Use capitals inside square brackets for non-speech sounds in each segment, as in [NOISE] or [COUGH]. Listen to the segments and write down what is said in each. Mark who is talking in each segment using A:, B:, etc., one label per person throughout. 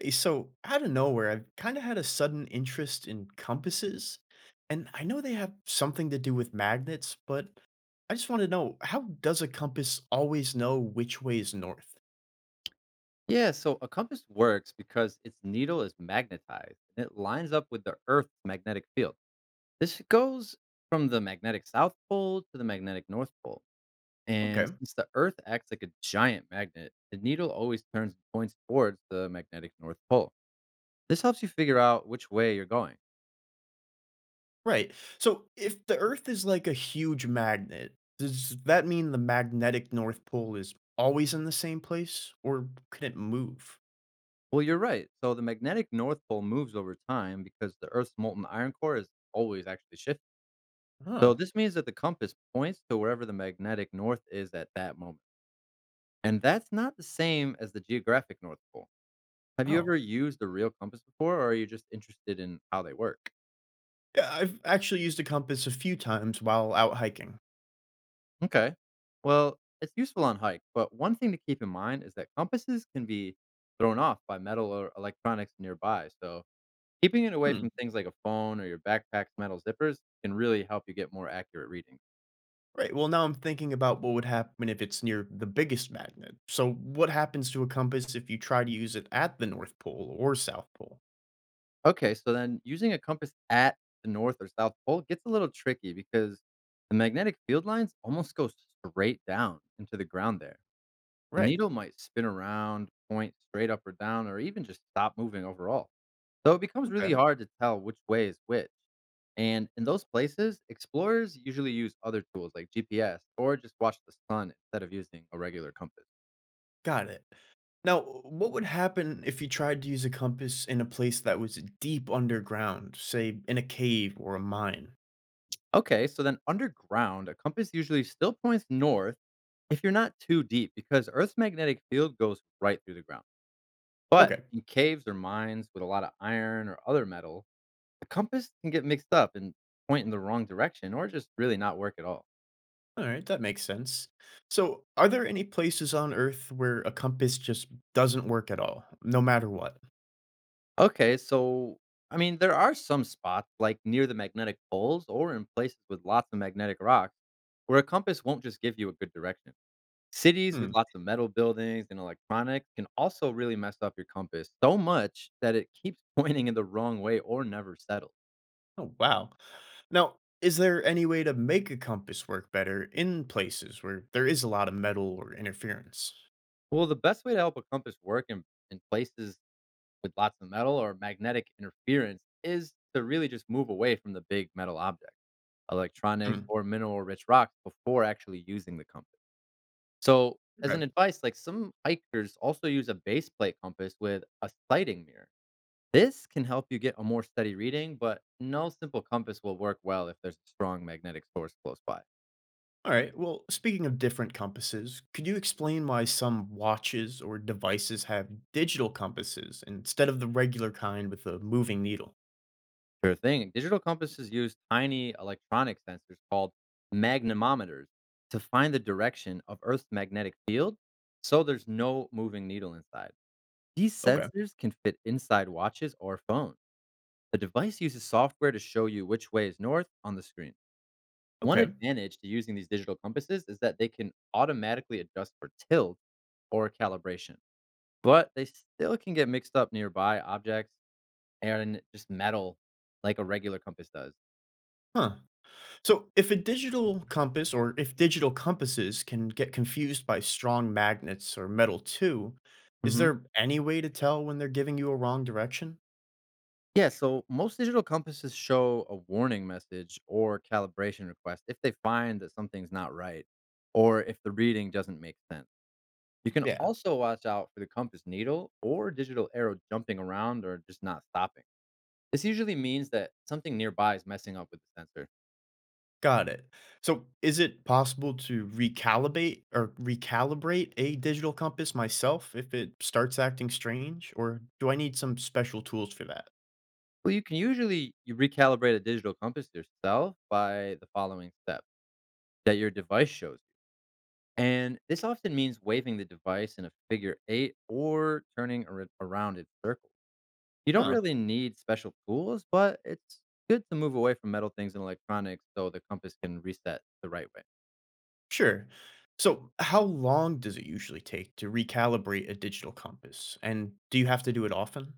A: Hey, so, out of nowhere, I've kind of had a sudden interest in compasses. And I know they have something to do with magnets, but I just want to know, how does a compass always know which way is north?
B: Yeah, so a compass works because its needle is magnetized and it lines up with the Earth's magnetic field. This goes from the magnetic South Pole to the magnetic North Pole.
A: Okay,
B: And since the Earth acts like a giant magnet, the needle always turns and points towards the magnetic North Pole. This helps you figure out which way you're going.
A: right. So, if the Earth is like a huge magnet, does that mean the magnetic North Pole is always in the same place, or can it move?
B: Well, you're right. So the magnetic North Pole moves over time because the Earth's molten iron core is always actually shifting. So
A: Huh.
B: this means that the compass points to wherever the magnetic north is at that moment. And that's not the same as the geographic North Pole. Have you
A: Oh.
B: ever used a real compass before, or are you just interested in how they work?
A: Yeah, I've actually used a compass a few times while out hiking.
B: Okay. Well, it's useful on hike, but one thing to keep in mind is that compasses can be thrown off by metal or electronics nearby. So keeping it away
A: Hmm.
B: from things like a phone or your backpack's metal zippers can really help you get more accurate readings.
A: Right. Well, now I'm thinking about what would happen if it's near the biggest magnet. So, what happens to a compass if you try to use it at the North Pole or South Pole?
B: Okay, so then using a compass at the North or South Pole gets a little tricky because the magnetic field lines almost go straight down into the ground there. The
A: Right.
B: needle might spin around, point straight up or down, or even just stop moving overall. So it becomes really
A: Okay.
B: hard to tell which way is which. And in those places, explorers usually use other tools like GPS or just watch the sun instead of using a regular compass.
A: Got it. Now, what would happen if you tried to use a compass in a place that was deep underground, say in a cave or a mine?
B: Okay, so then underground, a compass usually still points north if you're not too deep because Earth's magnetic field goes right through the ground. But
A: Okay.
B: in caves or mines with a lot of iron or other metals, a compass can get mixed up and point in the wrong direction or just really not work at all.
A: All right. That makes sense. So, are there any places on Earth where a compass just doesn't work at all, no matter what?
B: Okay, so I mean, there are some spots like near the magnetic poles or in places with lots of magnetic rocks where a compass won't just give you a good direction. Cities with
A: Hmm.
B: lots of metal buildings and electronics can also really mess up your compass so much that it keeps [LAUGHS] pointing in the wrong way or never settles.
A: Oh, wow. Now, is there any way to make a compass work better in places where there is a lot of metal or interference?
B: Well, the best way to help a compass work in places with lots of metal or magnetic interference is to really just move away from the big metal objects, electronics,
A: Hmm.
B: or mineral rich rocks before actually using the compass. So, as
A: Okay.
B: an advice, like some hikers also use a base plate compass with a sighting mirror. This can help you get a more steady reading, but no simple compass will work well if there's a strong magnetic source close by.
A: All right. Well, speaking of different compasses, could you explain why some watches or devices have digital compasses instead of the regular kind with a moving needle?
B: Sure thing. Digital compasses use tiny electronic sensors called magnemometers to find the direction of Earth's magnetic field, so there's no moving needle inside. These
A: Okay.
B: sensors can fit inside watches or phones. The device uses software to show you which way is north on the screen. One
A: Okay.
B: advantage to using these digital compasses is that they can automatically adjust for tilt or calibration, but they still can get mixed up nearby objects and just metal like a regular compass does.
A: Huh. So, if a digital compass, or if digital compasses can get confused by strong magnets or metal too, is
B: Mhm.
A: there any way to tell when they're giving you a wrong direction?
B: Yeah, so most digital compasses show a warning message or calibration request if they find that something's not right or if the reading doesn't make sense. You can
A: Yeah,
B: also watch out for the compass needle or digital arrow jumping around or just not stopping. This usually means that something nearby is messing up with the sensor.
A: got it. So, is it possible to recalibrate or recalibrate a digital compass myself if it starts acting strange, or do I need some special tools for that?
B: Well, you can usually you recalibrate a digital compass yourself by the following steps that your device shows you. And this often means waving the device in a figure eight or turning around in circles. You don't
A: Huh,
B: really need special tools, but it's good to move away from metal things and electronics so the compass can reset the right way.
A: sure. So, how long does it usually take to recalibrate a digital compass? And do you have to do it often?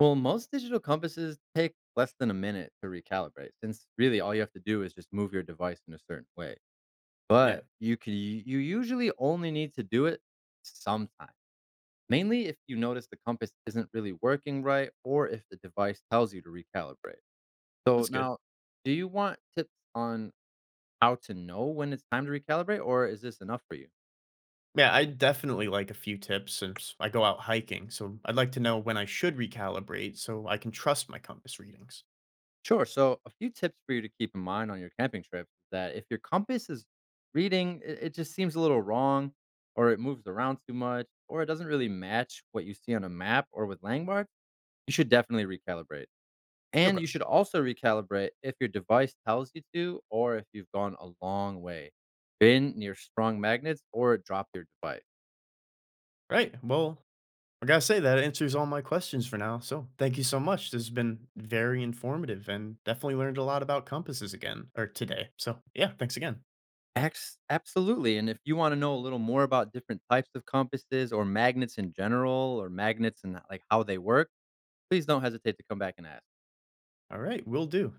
B: Well, most digital compasses take less than a minute to recalibrate, since really all you have to do is just move your device in a certain way.
A: Yeah,
B: But you usually only need to do it sometime. Mainly if you notice the compass isn't really working right or if the device tells you to recalibrate. So
A: that's good.
B: now, do you want tips on how to know when it's time to recalibrate, or is this enough for you?
A: Yeah, I definitely like a few tips since I go out hiking, so I'd like to know when I should recalibrate so I can trust my compass readings.
B: Sure. So, a few tips for you to keep in mind on your camping trips is that if your compass is reading, it just seems a little wrong, or it moves around too much, or it doesn't really match what you see on a map or with landmarks, you should definitely recalibrate. And
A: Okay.
B: you should also recalibrate if your device tells you to, or if you've gone a long way, been near strong magnets, or dropped your device.
A: Right. Well, I gotta say that answers all my questions for now. So thank you so much. This has been very informative and definitely learned a lot about compasses again or today. So yeah, thanks again.
B: Absolutely. And if you want to know a little more about different types of compasses or magnets in general, or magnets and like how they work, please don't hesitate to come back and ask.
A: All right, will do.